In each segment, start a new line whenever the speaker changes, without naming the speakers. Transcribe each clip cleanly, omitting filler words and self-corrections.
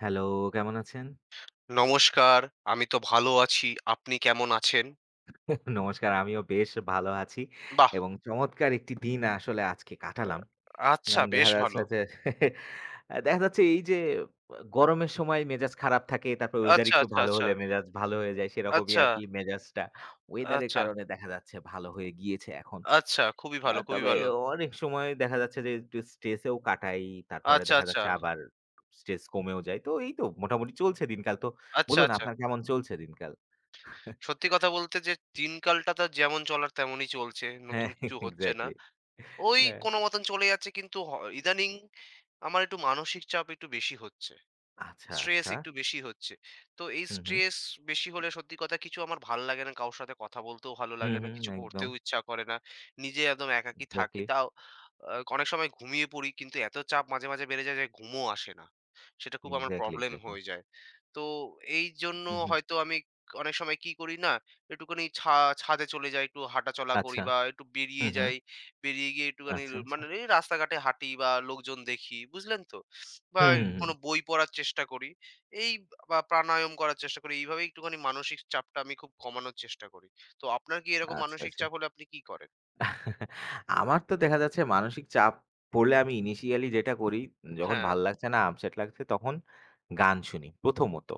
Hello, কেমন আছেন?
নমস্কার। আমি তো ভালো আছি। আপনি কেমন আছেন?
নমস্কার। আমিও বেশ ভালো আছি
বাহ!
এবং চমৎকার একটি দিন আসলে আজকে কাটালাম।
আচ্ছা,
কারণ
বেশ
দেখা
ভালো।
যাচ্ছে যে দেখা যাচ্ছে এই যে গরমের সময় মেজাজ খারাপ থাকে, তারপর ওয়েদার
আচ্ছা,
একটু
আচ্ছা,
ভালো
আচ্ছা,
হলে মেজাজ ভালো হয়ে যায়। সেরকমই
আচ্ছা,
আরকি মেজাজটা ওয়েদারের
আচ্ছা,
কারণে দেখা যাচ্ছে ভালো হয়ে গিয়েছে এখন।
আচ্ছা, খুবই ভালো, খুবই
তবে
ভালো।
অনেক সময় দেখা যাচ্ছে যে একটু স্ট্রেসেও কাটাই। তারপরে
আচ্ছা,
দেখা
আচ্ছা,
যাচ্ছে আবার স্ট্রেস কমেও যায়। তো এই তো মোটামুটি চলছে দিনকাল। তো
আচ্ছা,
বলুন
আচ্ছা।
আপনার কেমন চলছে দিনকাল?
সত্যি কথা বলতে যে, দিনকালটা তো যেমন চলার তেমনই চলছে।
হ্যাঁ,
নতুন কিছু হচ্ছে না।
এক্সাক্টলি।
ওই
হ্যাঁ।
কোনো মতন চলে যাচ্ছে, কিন্তু ইদানিং আমার একটু মানসিক চাপ একটু বেশি হচ্ছে।
আচ্ছা,
স্ট্রেস
আচ্ছা।
একটু বেশি হচ্ছে। তো এই
হুম, হুম।
স্ট্রেস বেশি হলে সত্যি কথা কিছু আমার ভাল লাগে না। কারো সাথে কথা বলতেও ভালো
হুম,
লাগে না।
হুম।
কিছু
একদম।
করতেও ইচ্ছা করে না। নিজে একদম একাকী থাকি।
এক্সাক্টলি,
তাও অনেক সময় ঘুমিয়ে পড়ি। কিন্তু এত চাপ মাঝে, মাঝে বেড়ে যায় যে ঘুমও আসে না। সেটা খুব আমার
এক্সাক্টলি,
প্রবলেম
এক্সাক্টলি।
হয়ে যায়। তো এই জন্য
হুম, হুম।
হয়তো আমি অনেক সময় কি করি না, একটুখানি ছাদে চলে যাই, একটু হাঁটাচলা করি
আচ্ছা।
বা একটু বেরিয়ে
হুম, হুম।
যাই। বেরিয়ে গিয়ে একটুখানি
আচ্ছা, আচ্ছা।
মানে এই রাস্তাঘাটে হাঁটি বা লোকজন দেখি। বুঝলেন তো? বা
হুম, হুম, হুম।
কোনো বই পড়ার চেষ্টা করি। এই বা প্রাণায়াম করার চেষ্টা করি। এইভাবে একটুখানি মানসিক চাপটা আমি খুব কমানোর চেষ্টা করি। তো আপনার কি এরকম
আচ্ছা,
মানসিক
আচ্ছা।
চাপ হলে আপনি কি করেন?
আমার তো দেখা যাচ্ছে মানসিক চাপ পড়লে আমি ইনিশিয়ালি যেটা করি, যখন
হ্যাঁ,
ভাল লাগছে না, আপসেট লাগছে তখন গান শুনি প্রথমত।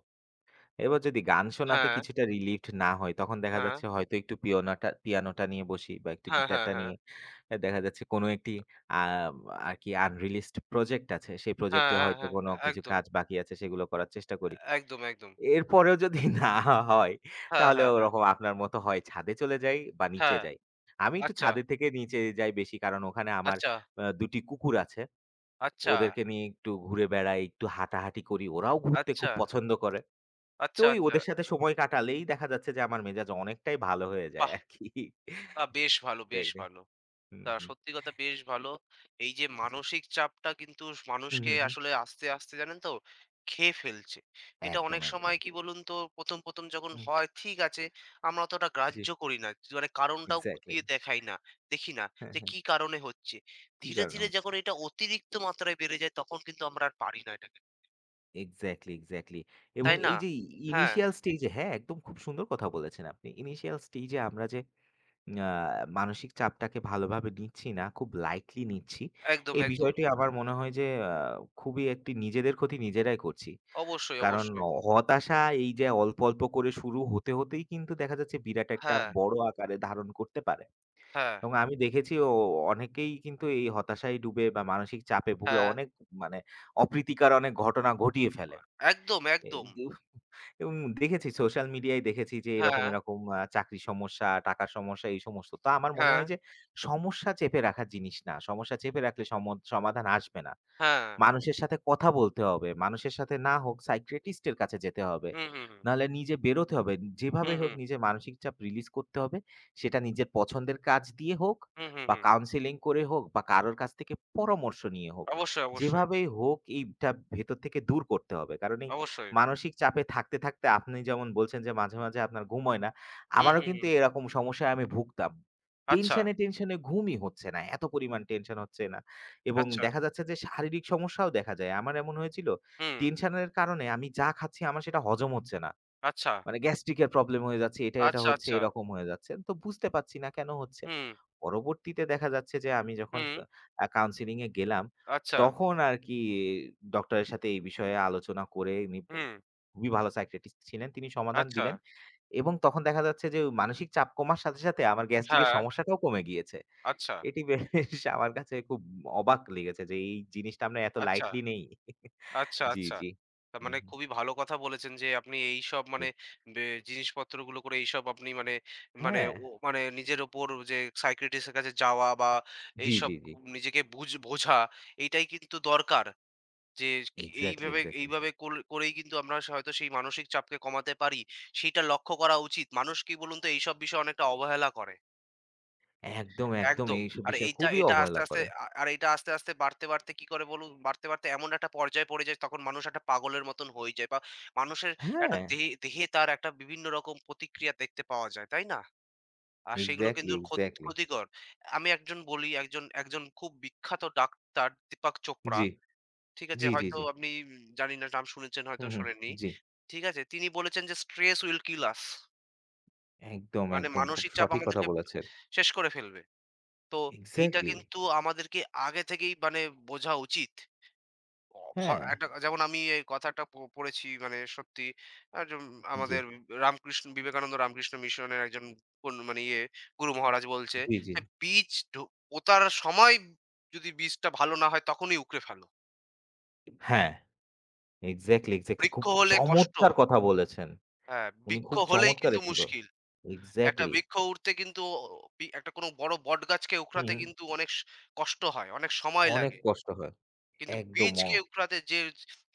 এবার যদি গান শোনাতে
হ্যাঁ,
কিছুটা রিলিভড না হয়, তখন দেখা
হ্যাঁ,
যাচ্ছে হয়তো একটু পিয়ানোটা নিয়ে বসি বা একটু
হ্যাঁ, হ্যাঁ,
গিটারটা
হ্যাঁ,
নিয়ে এ দেখা যাচ্ছে কোনো একটি আ আরকি আনরিলিজড প্রজেক্ট আছে। সেই প্রজেক্ট
হ্যাঁ,
এ
হ্যাঁ,
হয়তো
হ্যাঁ,
কোনো কিছু
একদম,
কাজ বাকি আছে সেগুলো করার চেষ্টা করি।
একদম, একদম।
এরপরেও যদি না হয়
হ্যাঁ,
তাহলে
হ্যাঁ, হ্যাঁ,
ওরকম আপনার মতো হয় ছাদে চলে যাই বা নিচে
হ্যাঁ।
যাই। আমি একটু
আচ্ছা,
ছাদের থেকে নিচে যাই বেশি কারণ ওখানে আমার
আচ্ছা,
২টি টি কুকুর আছে।
আচ্ছা,
ওদেরকে নিয়ে একটু ঘুরে বেড়াই, একটু হাঁটাহাঁটি করি। ওরাও ঘুরতে
আচ্ছা,
খুব পছন্দ করে। তো
আচ্ছা,
ওই
আচ্ছা।
ওদের সাথে সময় কাটালেই দেখা যাচ্ছে যে আমার মেজাজ অনেকটাই ভালো হয়ে যায়
বাহ!
আরকি।
বেশ ভালো, বেশ
এক্সাক্টলি।
ভালো।
হুম,
তা
হুম।
সত্যি কথা, বেশ ভালো। এই যে
জি।
মানসিক চাপটা কিন্তু
হুম,
মানুষকে
হুম, হুম।
আসলে আস্তে, আস্তে, জানেন তো, খেয়ে ফেলছে। এটা
একদম,
অনেক সময়
একদম।
কি বলুন তো, ১ম যখন
হুম,
হয় ঠিক আছে, আমরা অতটা
জি।
গ্রাহ্য করি না। মানে কারণটাও
এক্সাক্টলি।
খুঁটিয়ে দেখাই না। দেখি না
হ্যাঁ,
যে
হ্যাঁ।
কি কারণে হচ্ছে।
কি
ধীরে,
কারণে
ধীরে
হচ্ছে?
যখন এটা অতিরিক্ত মাত্রায় বেড়ে যায়, তখন কিন্তু আমরা আর পারি না এটাকে।
Exactly, exactly. এবং
তাই না?
এই যে
হ্যাঁ,
ইনিশিয়াল স্টেজ এ হ্যাঁ, একদম খুব সুন্দর কথা বলেছেন আপনি। ইনিশিয়াল স্টেজ এ আমরা যে আ মানসিক চাপটাকে ভালোভাবে নিচ্ছি না, খুব লাইটলি নিচ্ছি।
একদম,
এই
একদম।
বিষয়টি আচ্ছা। আমার মনে হয় যে আ খুবই একটি নিজেদের ক্ষতি নিজেরাই করছি।
অবশ্যই,
কারণ
অবশ্যই।
হতাশা এই যে অল্প, অল্প করে শুরু হতে, হতেই কিন্তু দেখা যাচ্ছে বিরাট একটা
হ্যাঁ,
বড় আকারে ধারণ করতে পারে।
হ্যাঁ,
এবং আমি দেখেছি অনেকেই কিন্তু এই হতাশায় ডুবে বা মানসিক চাপে ভুগে
হ্যাঁ।
অনেক মানে অপ্রীতিকর অনেক ঘটনা ঘটিয়ে ফেলে।
একদম,
এ
একদম।
যে এবং দেখেছি সোশ্যাল মিডিয়ায় দেখেছি যে এরকম,
হ্যাঁ,
এরকম চাকরির সমস্যা, টাকার সমস্যা এই সমস্ত। তো আমার মনে
হ্যাঁ,
হয় যে সমস্যা চেপে রাখার জিনিস না। সমস্যা চেপে রাখলে সমাধান আসবে না।
হ্যাঁ।
মানুষের সাথে কথা বলতে হবে। মানুষের সাথে না হোক সাইকিয়াট্রিস্ট এর কাছে যেতে হবে।
হুম, হুম, হুম।
নাহলে নিজে বেরোতে হবে।
হুম,
যেভাবে হোক
হুম।
নিজের মানসিক চাপ রিলিজ করতে হবে। সেটা নিজের পছন্দের কাজ দিয়ে হোক
হুম, হুম,
বা
হুম।
কাউন্সেলিং করে হোক বা কারোর কাছ থেকে পরামর্শ নিয়ে হোক।
অবশ্যই, অবশ্যই,
যেভাবেই হোক এইটা ভেতর থেকে দূর করতে হবে। কারণ এই
অবশ্যই।
মানসিক চাপে থাকতে, থাকতে আপনি যেমন বলছেন যে মাঝে, মাঝে আপনার ঘুম হয় না।
হুম,
আমারও
হুম,
কিন্তু
হুম।
এরকম সমস্যায় আমি ভুগতাম।
আচ্ছা,
টেনশনে, টেনশনে ঘুমই হচ্ছে না। এত পরিমাণ টেনশন হচ্ছে না। এবং
আচ্ছা।
দেখা যাচ্ছে যে শারীরিক সমস্যাও দেখা যায়। আমার এমন হয়েছিল
হুম।
টেনশনের কারণে আমি যা খাচ্ছি আমার সেটা হজম হচ্ছে না।
আচ্ছা,
মানে গ্যাস্ট্রিক এর প্রবলেম হয়ে যাচ্ছে। এটা, এটা
আচ্ছা,
হচ্ছে
আচ্ছা।
এরকম হয়ে যাচ্ছে। তো বুঝতে পারছি না কেন হচ্ছে।
হুম,
পরবর্তীতে দেখা যাচ্ছে যে আমি যখন
হুম।
কাউন্সেলিং এ গেলাম,
আচ্ছা,
তখন আরকি ডক্টরের সাথে এই বিষয়ে আলোচনা করে নি
হুম।
খুবই ভালো সাইকিয়াট্রিস্ট ছিলেন। তিনি সমাধান
আচ্ছা।
দিলেন এবং তখন দেখা যাচ্ছে যে মানসিক চাপ কমার সাথে, সাথে আমার গ্যাস্ট্রিকের
হ্যাঁ।
সমস্যাটাও কমে গিয়েছে।
আচ্ছা,
এটি বেশ আমার কাছে খুব অবাক লেগেছে যে এই জিনিসটা আমরা এত
আচ্ছা,
লাইটলি নেই।
আচ্ছা,
জি,
আচ্ছা।
জি।
তার
হুম,
মানে
হুম,
খুবই ভালো কথা বলেছেন যে আপনি এইসব
জি।
মানে বে জিনিসপত্রগুলো করে এইসব আপনি মানে মানে
হ্যাঁ।
ও মানে নিজের ওপর যে সাইকিয়াট্রিস্ট এর কাছে যাওয়া বা
জি,
এইসব
জি, জি।
নিজেকে বোঝা এইটাই কিন্তু দরকার। যে কি
এক্সাক্টলি,
এইভাবে
এক্সাক্টলি।
এইভাবে কোল করেই কিন্তু আমরা হয়তো সেই মানসিক চাপকে কমাতে পারি। সেইটা লক্ষ্য করা উচিত। মানুষ কি বলুন তো, এইসব বিষয়ে অনেকটা অবহেলা করে।
একদম, একদম
একদম।
এইসব
আর
বিষয়
এইটা
খুবই
এটা আস্তে,
অবহেলা
আস্তে
করে।
আর এটা আস্তে, আস্তে বাড়তে, বাড়তে কি করে বলুন? বাড়তে, বাড়তে এমন একটা পর্যায়ে পড়ে যায়, তখন মানুষ একটা পাগলের মতন হয়ে যায়, বা মানুষের একটা
হ্যাঁ,
দেহে দেহে তার একটা বিভিন্ন রকম প্রতিক্রিয়া দেখতে পাওয়া যায়, তাই না? আর সেগুলো কিন্তু
এক্সাক্টলি,
ক্ষত
এক্সাক্টলি।
ক্ষতিকর। আমি একজন বলি, একজন খুব বিখ্যাত ডাক্তার দীপাক চোপড়া,
জি,
ঠিক আছে?
জি, জি,
হয়তো
জি।
আপনি জানি না নাম শুনেছেন, হয়তো
হুম, হুম।
শোনেননি।
জি।
ঠিক আছে? তিনি বলেছেন যে, "Stress will kill us।"
একদম,
মানে, হুম,
একদম খুব
মানসিক চাপ
সঠিক কথা
আমাদেরকে
বলেছেন।
শেষ করে ফেলবে। তো এইটা
এক্সাক্টলি।
কিন্তু আমাদেরকে আগে থেকেই মানে বোঝা উচিত। অ ভ
হ্যাঁ।
একটা, যেমন আমি এই কথাটা পড়েছি মানে সত্যি, একজন
জি,
আমাদের রামকৃষ্ণ, বিবেকানন্দ রামকৃষ্ণ মিশনের একজন কোন মানে ইয়ে গুরু মহারাজ বলছে
জি, জি, জি।
যে, "বীজ পোঁতার সময় যদি বীজটা ভালো না হয় তখনই উকড়ে ফেলো।
হ্যাঁ। এক্সাক্টলি, এক্সাক্টলি
বৃক্ষ
খুব
হলে কষ্ট।"
চমৎকার কথা বলেছেন।
হ্যাঁ,
উনি
বৃক্ষ
খুব
হলেই
চমৎকার
কিন্তু
একটি
মুশকিল। একটা
এক্সাক্টলি।
বৃক্ষ উঠতে কিন্তু অ বি একটা কোনো বড় বটগাছকে
হুম,
উখড়াতে
হুম।
কিন্তু অনেক কষ্ট হয়, অনেক সময়
অনেক
লাগে।
কষ্ট হয়।
কিন্তু
একদম
বীজকে উখড়াতে যে,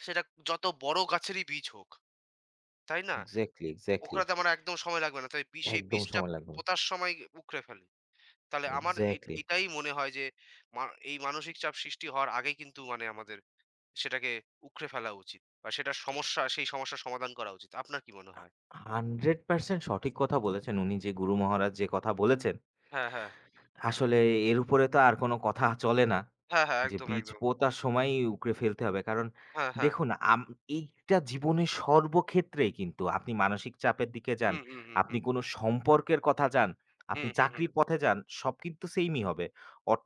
সেটা যত বড় গাছেরই বীজ হোক, তাই না?
Exactly, exactly.
উখড়াতে আমার একদম সময় লাগবে না। তাই সেই
একদম
বীজটা
সময় লাগবে না।
পোঁতার সময় উখড়ে ফেলি। তাহলে আমার এই
এক্সাক্টলি।
এইটাই মনে হয় যে, মা এই মানসিক চাপ সৃষ্টি হওয়ার আগেই কিন্তু মানে আমাদের সেটাকে উখড়ে ফেলা উচিত। বা সেটার সমস্যা, সেই সমস্যার সমাধান করা উচিত। আপনার কি মনে হয়?
100% সঠিক কথা বলেছেন উনি যে গুরু মহারাজ যে কথা বলেছেন,
হ্যাঁ, হ্যাঁ।
আসলে এর উপরে তো আর কোন কথা চলে না।
হ্যাঁ, হ্যাঁ।
যে
একদম,
বীজ
একদম।
পোঁতার সময়ই উকড়ে ফেলতে হবে। কারণ
হ্যাঁ, হ্যাঁ।
দেখুন এইটা জীবনের সর্বক্ষেত্রেই কিন্তু আপনি মানসিক চাপের দিকে যান,
হুম, হুম, হুম,
আপনি
হুম।
কোনো সম্পর্কের কথা যান, আপনি
হুম, হুম, হুম।
চাকরির পথে যান, সব কিন্তু সেইমই হবে।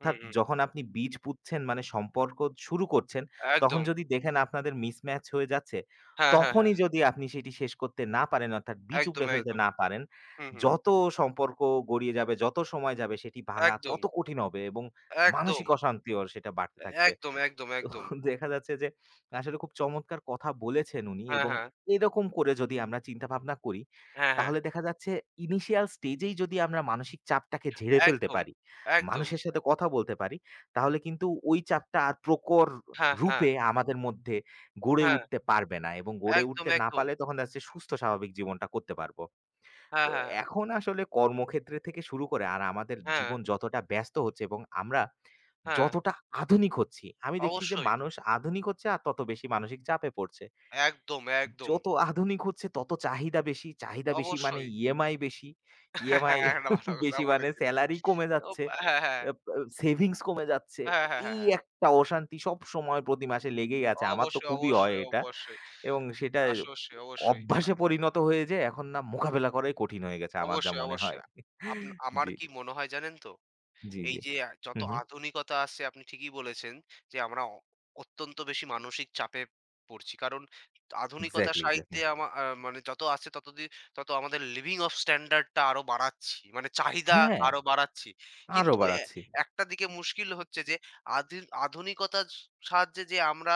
হুম, হুম।
যখন আপনি বীজ পুঁতছেন মানে সম্পর্ক শুরু করছেন, তখন
একদম।
যদি দেখেন আপনাদের মিসম্যাচ হয়ে যাচ্ছে,
হ্যাঁ, হ্যাঁ, হ্যাঁ।
তখনই যদি আপনি সেটি শেষ করতে না পারেন অর্থাৎ বীজ
একদম,
উপড়ে ফেলতে
একদম।
না পারেন,
হুম, হুম।
যত সম্পর্ক গড়িয়ে যাবে, যত সময় যাবে সেটি ভাঙা
একদম,
তত কঠিন হবে এবং
একদম,
মানসিক অশান্তি ওর সেটা বাড়তে থাকবে।
একদম, একদম,
তো
একদম।
দেখা যাচ্ছে যে আসলে খুব চমৎকার কথা বলেছেন উনি
হ্যাঁ,
এবং
হ্যাঁ।
এরকম করে যদি আমরা চিন্তাভাবনা করি,
হ্যাঁ, হ্যাঁ।
তাহলে দেখা যাচ্ছে ইনিশিয়াল স্টেজেই যদি আমরা মানসিক চাপটাকে ঝেড়ে ফেলতে
একদম,
পারি,
একদম।
মানুষের সাথে কথা বলতে পারি, তাহলে কিন্তু ওই চাপটা আর
হ্যাঁ, হ্যাঁ,
রূপে আমাদের মধ্যে গড়ে
হ্যাঁ।
উঠতে পারবে না এবং গড়ে
একদম,
উঠতে না
একদম।
পারলে তখন দেখা যাচ্ছে সুস্থ স্বাভাবিক জীবনটা করতে পারব।
হ্যাঁ,
তো
হ্যাঁ, হ্যাঁ।
এখন আসলে কর্মক্ষেত্রে থেকে শুরু করে আর আমাদের
হ্যাঁ,
জীবন যতটা ব্যস্ত হচ্ছে এবং আমরা
হ্যাঁ।
যতটা আধুনিক হচ্ছি, আমি দেখছি যে
অবশ্যই।
মানুষ আধুনিক হচ্ছে আর তত বেশি মানসিক চাপে পড়ছে।
একদম, একদম।
যত আধুনিক হচ্ছে তত চাহিদা বেশি, চাহিদা বেশি মানে
অবশ্যই।
ইএমআই বেশি, ইএমআই
হ্যাঁ, একটা ভালো কথা
বেশি মানে
বলেছেন।
সেলারি কমে
ওপ
যাচ্ছে,
হ্যাঁ, হ্যাঁ।
আ প সেভিংস কমে যাচ্ছে।
হ্যাঁ, হ্যাঁ, হ্যাঁ,
এই
হ্যাঁ।
একটা অশান্তি সবসময় প্রতি মাসে লেগেই আছে। আমার তো
অবশ্যই,
খুবই হয়
অবশ্যই,
এটা।
অবশ্যই।
এবং সেটা
অবশ্যই, অবশ্যই।
অভ্যাসে পরিণত হয়ে যেয়ে এখন না মোকাবেলা করাই কঠিন হয়ে গেছে আমার যা
অবশ্যই,
মনে হয়।
অবশ্যই। আপ আমার
জি,
কি মনে হয়, জানেন তো?
জি,
এই
জি।
যে যত
হুম, হুম।
আধুনিকতা আসছে, আপনি ঠিকই বলেছেন যে, আমরা অত্যন্ত বেশি মানসিক চাপে পড়ছি। কারণ আধুনিকতা
এক্সাক্টলি, এক্সাক্টলি।
সাহিত্যে আমা আ মানে যত আসছে তত তত আমাদের লিভিং অফ স্ট্যান্ডার্ড টা আরো বাড়াচ্ছি। মানে চাহিদা
হ্যাঁ,
আরো বাড়াচ্ছি।
আরো
কিন্তু
বাড়াচ্ছি।
একটা দিকে মুশকিল হচ্ছে যে আধি আধুনিকতার সাহায্যে যে আমরা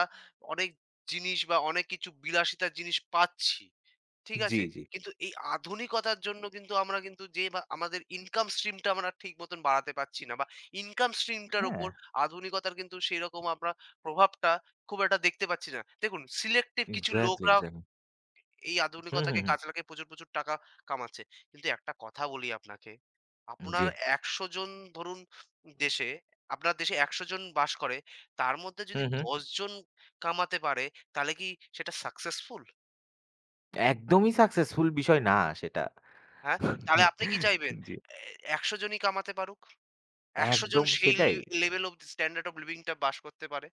অনেক জিনিস বা অনেক কিছু বিলাসিতার জিনিস পাচ্ছি। ঠিক
জি,
আছে?
জি।
কিন্তু এই আধুনিকতার জন্য কিন্তু আমরা কিন্তু যে বা আমাদের ইনকাম স্ট্রিমটা আমরা ঠিক মতন বাড়াতে পারছি না, বা ইনকাম স্ট্রিমটার
হ্যাঁ,
উপর আধুনিকতার কিন্তু সেইরকম আমরা প্রভাবটা খুব একটা দেখতে পাচ্ছি না। দেখুন সিলেক্টিভ কিছু
এক্সাক্টলি,
লোকরা
এক্সাক্টলি।
এই
হুম, হুম,
আধুনিকতাকে
হুম।
কাজে লাগিয়ে প্রচুর, প্রচুর টাকা কামাচ্ছে। কিন্তু একটা কথা বলি আপনাকে। আপনার
জি।
১০০ জন ধরুন, দেশে, আপনার দেশে ১০০ জন বাস করে। তার মধ্যে যদি
হুম, হুম।
১০ জন কামাতে পারে, তাহলে কি সেটা সাকসেসফুল?
একদমই সাকসেসফুল বিষয় না সেটা।
হ্যাঁ? তাহলে আপনি কি চাইবেন?
জি।
এ ১০০ জনই কামাতে পারুক। ১০০ জন
একদম
সেই
সেটাই।
Level of standard of living টা বাস করতে পারে।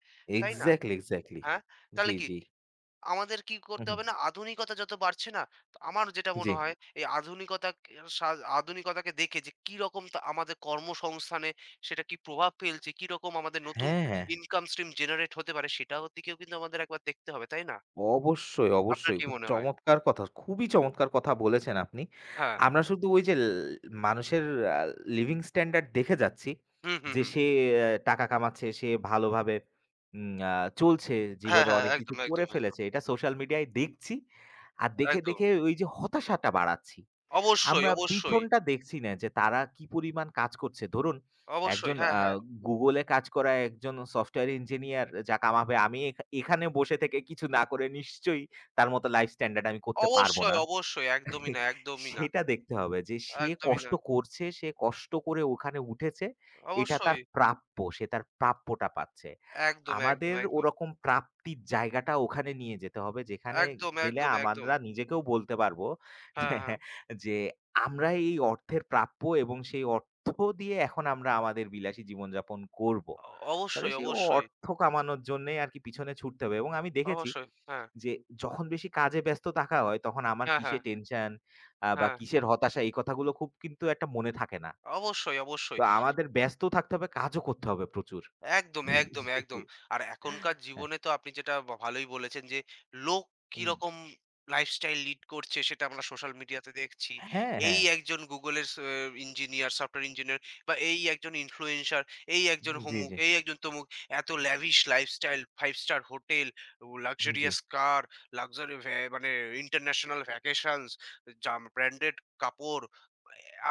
তাই না?
Exactly, exactly.
হ্যাঁ? তাহলে
জি,
কি
জি।
আমাদের কি করতে
হুম, হুম।
হবে না, আধুনিকতা যত বাড়ছে না, তো আমার যেটা
জি।
মনে হয়, এই আধুনিকতা, সা আধুনিকতাকে দেখে যে কিরকম, তা আমাদের কর্মসংস্থানে সেটা কি প্রভাব ফেলছে, কিরকম আমাদের নতুন
হ্যাঁ। হ্যাঁ।
ইনকাম স্ট্রিম জেনারেট হতে পারে, সেটার দিকেও কিন্তু আমাদের একবার দেখতে হবে। তাই না?
অবশ্যই,
আপনার
অবশ্যই।
কি
খুব
মনে হয়?
চমৎকার কথা। খুবই চমৎকার কথা বলেছেন আপনি।
হ্যাঁ।
আমরা শুধু ওই যে মানুষের আ লিভিং স্ট্যান্ডার্ড দেখে যাচ্ছি
হুম, হুম,
যে
হুম।
সে টাকা কামাচ্ছে, সে ভালোভাবে উম আ চলছে,
হ্যাঁ,
জীবনে
হ্যাঁ।
অনেক কিছু
একদম, একদম,
করে
একদম,
ফেলেছে। এটা সোশ্যাল মিডিয়ায় দেখছি। আর দেখে,
একদম।
দেখে ওই যে হতাশাটা বাড়াচ্ছি।
অবশ্যই,
আমরা
অবশ্যই।
পিছনটা দেখছি না যে তারা কি পরিমাণ কাজ করছে। ধরুন
অবশ্যই।
একজন
হ্যাঁ, হ্যাঁ।
Google এ কাজ করা একজন সফটওয়্যার ইঞ্জিনিয়ার যা কামাবে আমি এখানে বসে থেকে কিছু না করে নিশ্চয়ই তার মতো লাইফ স্ট্যান্ডার্ড আমি করতে পারব
অবশ্যই,
না।
অবশ্যই। একদমই না, একদমই না,
সেটা দেখতে হবে যে সে
একদমই না।
কষ্ট করছে, সে কষ্ট করে ওখানে উঠেছে। এটা
অবশ্যই।
তার প্রাপ্য। সে তার প্রাপ্যটা পাচ্ছে।
একদম, একদম,
আমাদের
একদম।
ওরকম প্রাপ্তির জায়গাটা ওখানে নিয়ে যেতে হবে। যেখানে
একদম,
গেলে
একদম, একদম।
আমরা নিজেকেও বলতে পারবো
হ্যাঁ,
যে,
হ্যাঁ।
যে আমরা এই অর্থের প্রাপ্য এবং সেই অর্থ দিয়ে এখন আমরা আমাদের বিলাসী জীবনযাপন করব।
অ
তাহলে
অবশ্যই,
সেই
অবশ্যই,
অর্থ কামানোর জন্যেই আরকি পিছনে ছুটতে হবে এবং আমি দেখেছি
অবশ্যই। হ্যাঁ,
যে যখন বেশি কাজে ব্যস্ত থাকা হয় তখন আমার
হ্যাঁ,
কিসে
হ্যাঁ,
টেনশন বা
হ্যাঁ।
কিসের হতাশা এই কথাগুলো খুব কিন্তু একটা মনে থাকে না।
অবশ্যই, অবশ্যই।
তো আমাদের ব্যস্ত থাকতে হবে, কাজও করতে হবে প্রচুর।
একদম, একদম,
জি,
একদম।
জি।
আর এখনকার
হ্যাঁ।
জীবনে তো আপনি যেটা ভালোই বলেছেন যে, লোক
উম
কিরকম লাইফস্টাইল লিড করছে, সেটা আমরা সোশ্যাল মিডিয়াতে দেখছি।
হ্যাঁ, হ্যাঁ।
এই একজন Google এর ইঞ্জিনিয়ার, সফটওয়্যার ইঞ্জিনিয়ার, বা এই একজন ইনফ্লুয়েন্সার, এই একজন
জি,
অমুক,
জি।
এই একজন তমুক। এত lavish লাইফস্টাইল, ৫ স্টার হোটেল,
জি।
luxurious কার, luxury মানে ইন্টারন্যাশনাল ভ্যাকেশনস, ব্র্যান্ডেড কাপড়।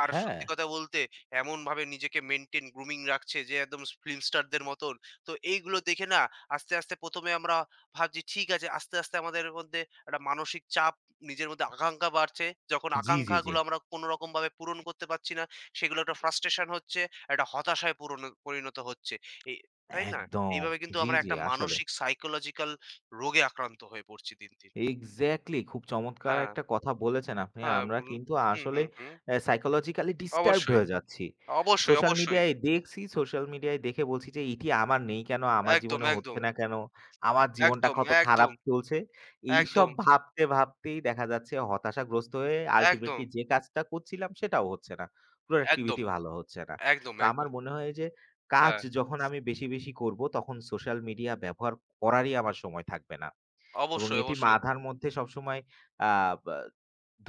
আর
হ্যাঁ।
সত্যি কথা বলতে, এমনভাবে নিজেকে মেইনটেইন, গ্রুমিং রাখছে যে একদম ফিল্ম স্টারদের মতন। তো এইগুলো দেখে না, আস্তে, আস্তে ১ম আমরা ভাবছি ঠিক আছে, আস্তে, আস্তে আমাদের মধ্যে একটা মানসিক চাপ, নিজের মধ্যে আকাঙ্খা বাড়ছে। যখন
জি, জি, জি।
আকাঙ্খাগুলো আমরা কোনো রকমভাবে পূরণ করতে পারছি না, সেগুলো একটা ফ্রাস্ট্রেশন হচ্ছে, একটা হতাশায় পরিণত হচ্ছে। এই তাই না?
একদম।
এইভাবে কিন্তু
জি,
আমরা
জি
একটা
আসলে।
মানসিক, সাইকোলজিক্যাল রোগে আক্রান্ত হয়ে পড়ছি দিন, দিন।
এক্সাক্টলি খুব চমৎকার
হ্যাঁ,
একটা কথা বলেছেন আপনি।
হ্যাঁ
আমরা
বলুন।
কিন্তু
হুম, হুম,
আসলেই
হুম।
সাইকোলজিক্যালি ডিস্টার্বড
অবশ্যই,
হয়ে যাচ্ছি।
অবশ্যই,
সোশ্যাল
অবশ্যই।
মিডিয়ায় দেখছি, সোশ্যাল মিডিয়ায় দেখে বলছি যে, "এটি আমার নেই কেন? আমার
একদম,
জীবনে
একদম।
হচ্ছে না কেন? আমার জীবনটা
একদম,
কত খারাপ
একদম,
চলছে?" এইসব
একদম,
ভাবতে, ভাবতেই দেখা যাচ্ছে হতাশাগ্রস্ত হয়ে
একদম,
আল্টিমেটলি যে কাজটা করছিলাম সেটাও হচ্ছে না।
একদম,
প্রোডাক্টিভিটি ভালো হচ্ছে না।
একদম,
তো আমার
একদম।
মনে হয় যে, কাজ
হ্যাঁ,
যখন আমি বেশি, বেশি করব তখন সোশ্যাল মিডিয়া ব্যবহার করারই আমার সময় থাকবে না। এবং
অবশ্যই,
এটি
অবশ্যই,
মাথার মধ্যে সবসময় আ বা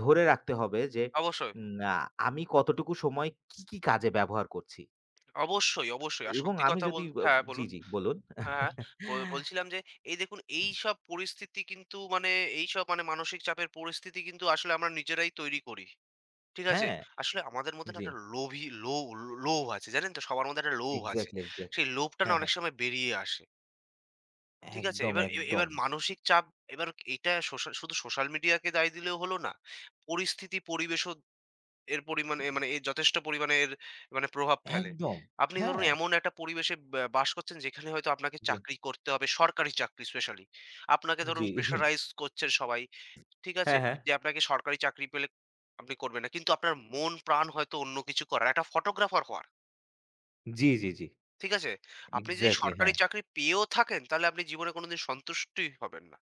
ধরে রাখতে হবে যে
অবশ্যই,
উম আ আমি কতটুকু সময় কি, কি কাজে ব্যবহার করছি
অবশ্যই, অবশ্যই। আর
এবং
সত্যি
আমি
কথা
যদি
হ্যাঁ,
জি,
বলুন।
জি বলুন।
হ্যাঁ, হ্যাঁ। বলছিলাম যে, এই দেখুন এইসব পরিস্থিতি কিন্তু মানে এইসব মানে মানসিক চাপের পরিস্থিতি কিন্তু আসলে আমরা নিজেরাই তৈরি করি। ঠিক আছে?
হ্যাঁ,
আসলে আমাদের মধ্যে না
জি।
একটা লোভ আছে। জানেন তো? সবার মধ্যে একটা লোভ আছে।
Exactly, exactly.
সেই লোভটা না
হ্যাঁ,
অনেক
হ্যাঁ।
সময় বেরিয়ে আসে। ঠিক আছে?
একদম, একদম,
এবার মানসিক চাপ এবার এটা সোশ্যাল, শুধু সোশ্যাল মিডিয়াকে দায় দিলেও হলো না। পরিস্থিতি, পরিবেশও এর পরিমাণে মানে এর যথেষ্ট পরিমাণে এর মানে প্রভাব ফেলে।
একদম।
আপনি ধরুন
হ্যাঁ,
এমন একটা পরিবেশে বাস করছেন, যেখানে হয়তো আপনাকে
জি,
চাকরি করতে হবে, সরকারি চাকরি স্পেশালি। আপনাকে ধরুন
জি।
প্রেশারাইজ করছে সবাই। ঠিক আছে?
হ্যাঁ, হ্যাঁ।
যে আপনাকে সরকারি চাকরি পেলে আপনি করবেন না। কিন্তু আপনার মন প্রাণ হয়তো অন্য কিছু করার। একটা ফটোগ্রাফার হওয়ার।
জি, জি, জি।
ঠিক আছে? আপনি যদি
এক্সাক্টলি
সরকারি
হ্যাঁ।
চাকরি পেয়েও থাকেন, তাহলে আপনি জীবনে কোনদিন সন্তুষ্টই হবেন না।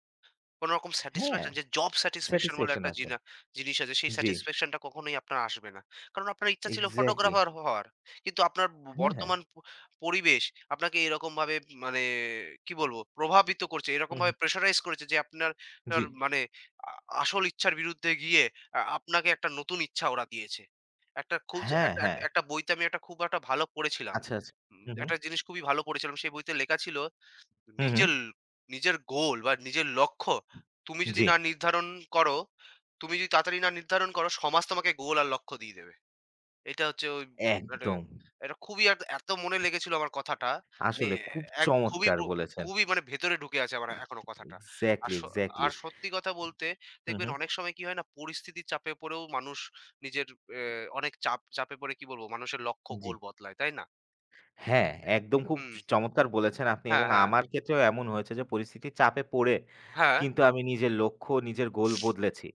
কোন রকম
হ্যাঁ,
স্যাটিসফ্যাকশন, যে জব স্যাটিসফ্যাকশন বলে
স্যাটিসফ্যাকশন
একটা
আসবে।
জিনিস আছে, সেই
জি,
স্যাটিসফ্যাকশনটা কখনোই আপনার আসবে না। কারণ আপনার ইচ্ছা ছিল
এক্সাক্টলি।
ফটোগ্রাফার হওয়ার। কিন্তু আপনার ব
হ্যাঁ, হ্যাঁ।
বর্তমান পরিবেশ আপনাকে এরকমভাবে মানে কি বলবো, প্রভাবিত করছে।
হু, হু।
এরকমভাবে প্রেশারাইজ করেছে যে আপনার আপনার
জি।
মানে আ আসল ইচ্ছার বিরুদ্ধে গিয়ে আপনাকে একটা নতুন ইচ্ছা ওরা দিয়েছে। একটা খুব যে
হ্যাঁ,
একটা
হ্যাঁ।
একটা একটা বইতে আমি একটা খুব একটা ভালো পড়েছিলাম।
আচ্ছা, আচ্ছা। হু, হু।
একটা জিনিস খুবই ভালো পড়েছিলাম। সেই বইতে লেখা ছিল,
হু, হু।
নিজের নিজের গোল বা নিজের লক্ষ্য, তুমি যদি
জি,
না নির্ধারণ করো, তুমি যদি তাড়াতাড়ি না নির্ধারণ করো, সমাজ তোমাকে গোল আর লক্ষ্য দিয়ে দেবে। এটা হচ্ছে ওই মানে,
একদম।
এটা খুবই এত মনে লেগেছিল আমার কথাটা, মানে
আসলে খুব
এক খুবই
চমৎকার বলেছেন।
খুবই মানে ভেতরে ঢুকে আছে আমার এখনো কথাটা। আর
এক্সাক্টলি,
স
এক্সাক্টলি।
আর সত্যি কথা বলতে,
হু,
দেখবেন
হু।
অনেক সময় কি হয় না, পরিস্থিতির চাপে পড়েও মানুষ নিজের এ অনেক চাপে পড়ে কি বলবো, মানুষের লক্ষ্য
জি।
গোল বদলায়, তাই না?
হ্যাঁ, একদম খুব
হুম,
চমৎকার বলেছেন আপনি
হ্যাঁ,
এবং
হ্যাঁ,
আমার ক্ষেত্রেও এমন হয়েছে যে পরিস্থিতির চাপে পড়ে
হ্যাঁ,
কিন্তু আমি নিজের লক্ষ্য, নিজের গোল বদলেছি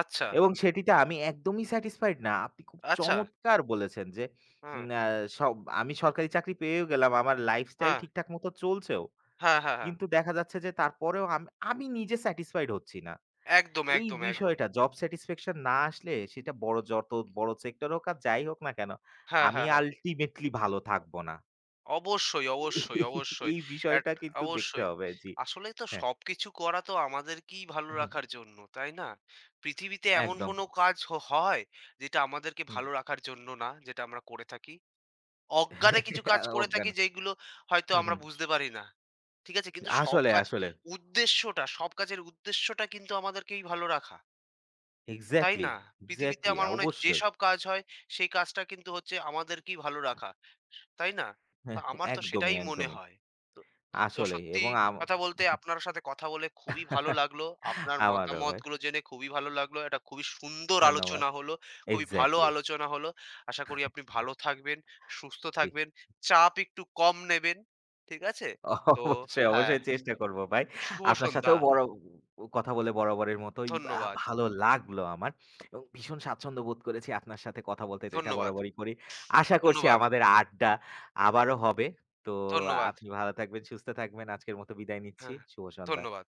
আচ্ছা,
এবং সেটিতে আমি একদমই স্যাটিসফাইড না। আপনি খুব
আচ্ছা।
চমৎকার বলেছেন যে
হ্যাঁ,
উম আ সব আমি সরকারি চাকরি পেয়েও গেলাম। আমার লাইফস্টাইল
হ্যাঁ,
ঠিকঠাক মতো চলছেও।
হ্যাঁ, হ্যাঁ, হ্যাঁ।
কিন্তু দেখা যাচ্ছে যে তারপরেও আমি নিজে স্যাটিসফাইড হচ্ছি না।
একদম,
এই
একদম, একদম।
বিষয়টা জব স্যাটিসফ্যাকশন না আসলে সেটা যত বড় সেক্টর হোক আর যাই হোক না কেন,
হ্যাঁ,
আমি
হ্যাঁ, হ্যাঁ।
আল্টিমেটলি ভালো থাকবো না।
অবশ্যই, অবশ্যই, অবশ্যই।
এই
এট
বিষয়টা কিন্তু দেখতে
অবশ্যই।
হবে। জি।
আসলেই তো
হ্যাঁ।
সবকিছু করা তো আমাদেরকেই ভালো
হুম,
রাখার জন্য, তাই না? পৃথিবীতে এমন
একদম।
কোনো কাজ হয়, যেটা আমাদেরকে
হুম।
ভালো রাখার জন্য না, যেটা আমরা করে থাকি? অজ্ঞানে কিছু কাজ করে
অজ্ঞান।
থাকি যেইগুলো হয়তো
হুম,
আমরা
হুম।
বুঝতে পারি না। ঠিক আছে? কিন্তু
আসলে, আসলে।
সব কাজের উদ্দেশ্যটা কিন্তু আমাদেরকেই ভালো রাখা। তাই
এক্সাক্টলি,
না? পৃথিবীতে
এক্সাক্টলি।
আমার মনে হয়
অবশ্যই।
যেসব কাজ হয়, সেই কাজটা কিন্তু হচ্ছে আমাদেরকেই ভালো রাখা। তাই না? তো
হ্যাঁ,
আমার তো
একদমই,
সেটাই মনে
একদমই।
হয়। তো তো
আসলেই
সত্যি
এবং আম
কথা বলতে, আপনার সাথে কথা বলে খুবই ভালো লাগলো। আপনার
আমারও ভাই।
মতামতগুলো জেনে খুবই ভালো লাগলো। একটা খুবই সুন্দর
ধন্যবাদ।
আলোচনা হলো। খুবই ভালো
এক্সাক্টলি।
আলোচনা হলো। আশা করি আপনি ভালো থাকবেন, সুস্থ
জি।
থাকবেন, চাপ একটু কম নেবেন। ঠিক আছে? তো
অবশ্যই,
হ্যাঁ,
অবশ্যই চেষ্টা করব ভাই।
শুভ
আপনার
সন্ধ্যা।
সাথেও বড় কথা বলে বরাবরের মতোই
ধন্যবাদ,
ভালো লাগলো আমার। এবং ভীষণ স্বাচ্ছন্দ্য বোধ করেছি আপনার সাথে কথা বলতে যেটা
ধন্যবাদ,
বরাবরই করি। আশা করছি
ধন্যবাদ,
আমাদের আড্ডা আবারও হবে। তো
ধন্যবাদ।
আপনি ভালো থাকবেন, সুস্থ থাকবেন। আজকের মতো বিদায় নিচ্ছি।
হ্যাঁ,
শুভ সন্ধ্যা।
ধন্যবাদ।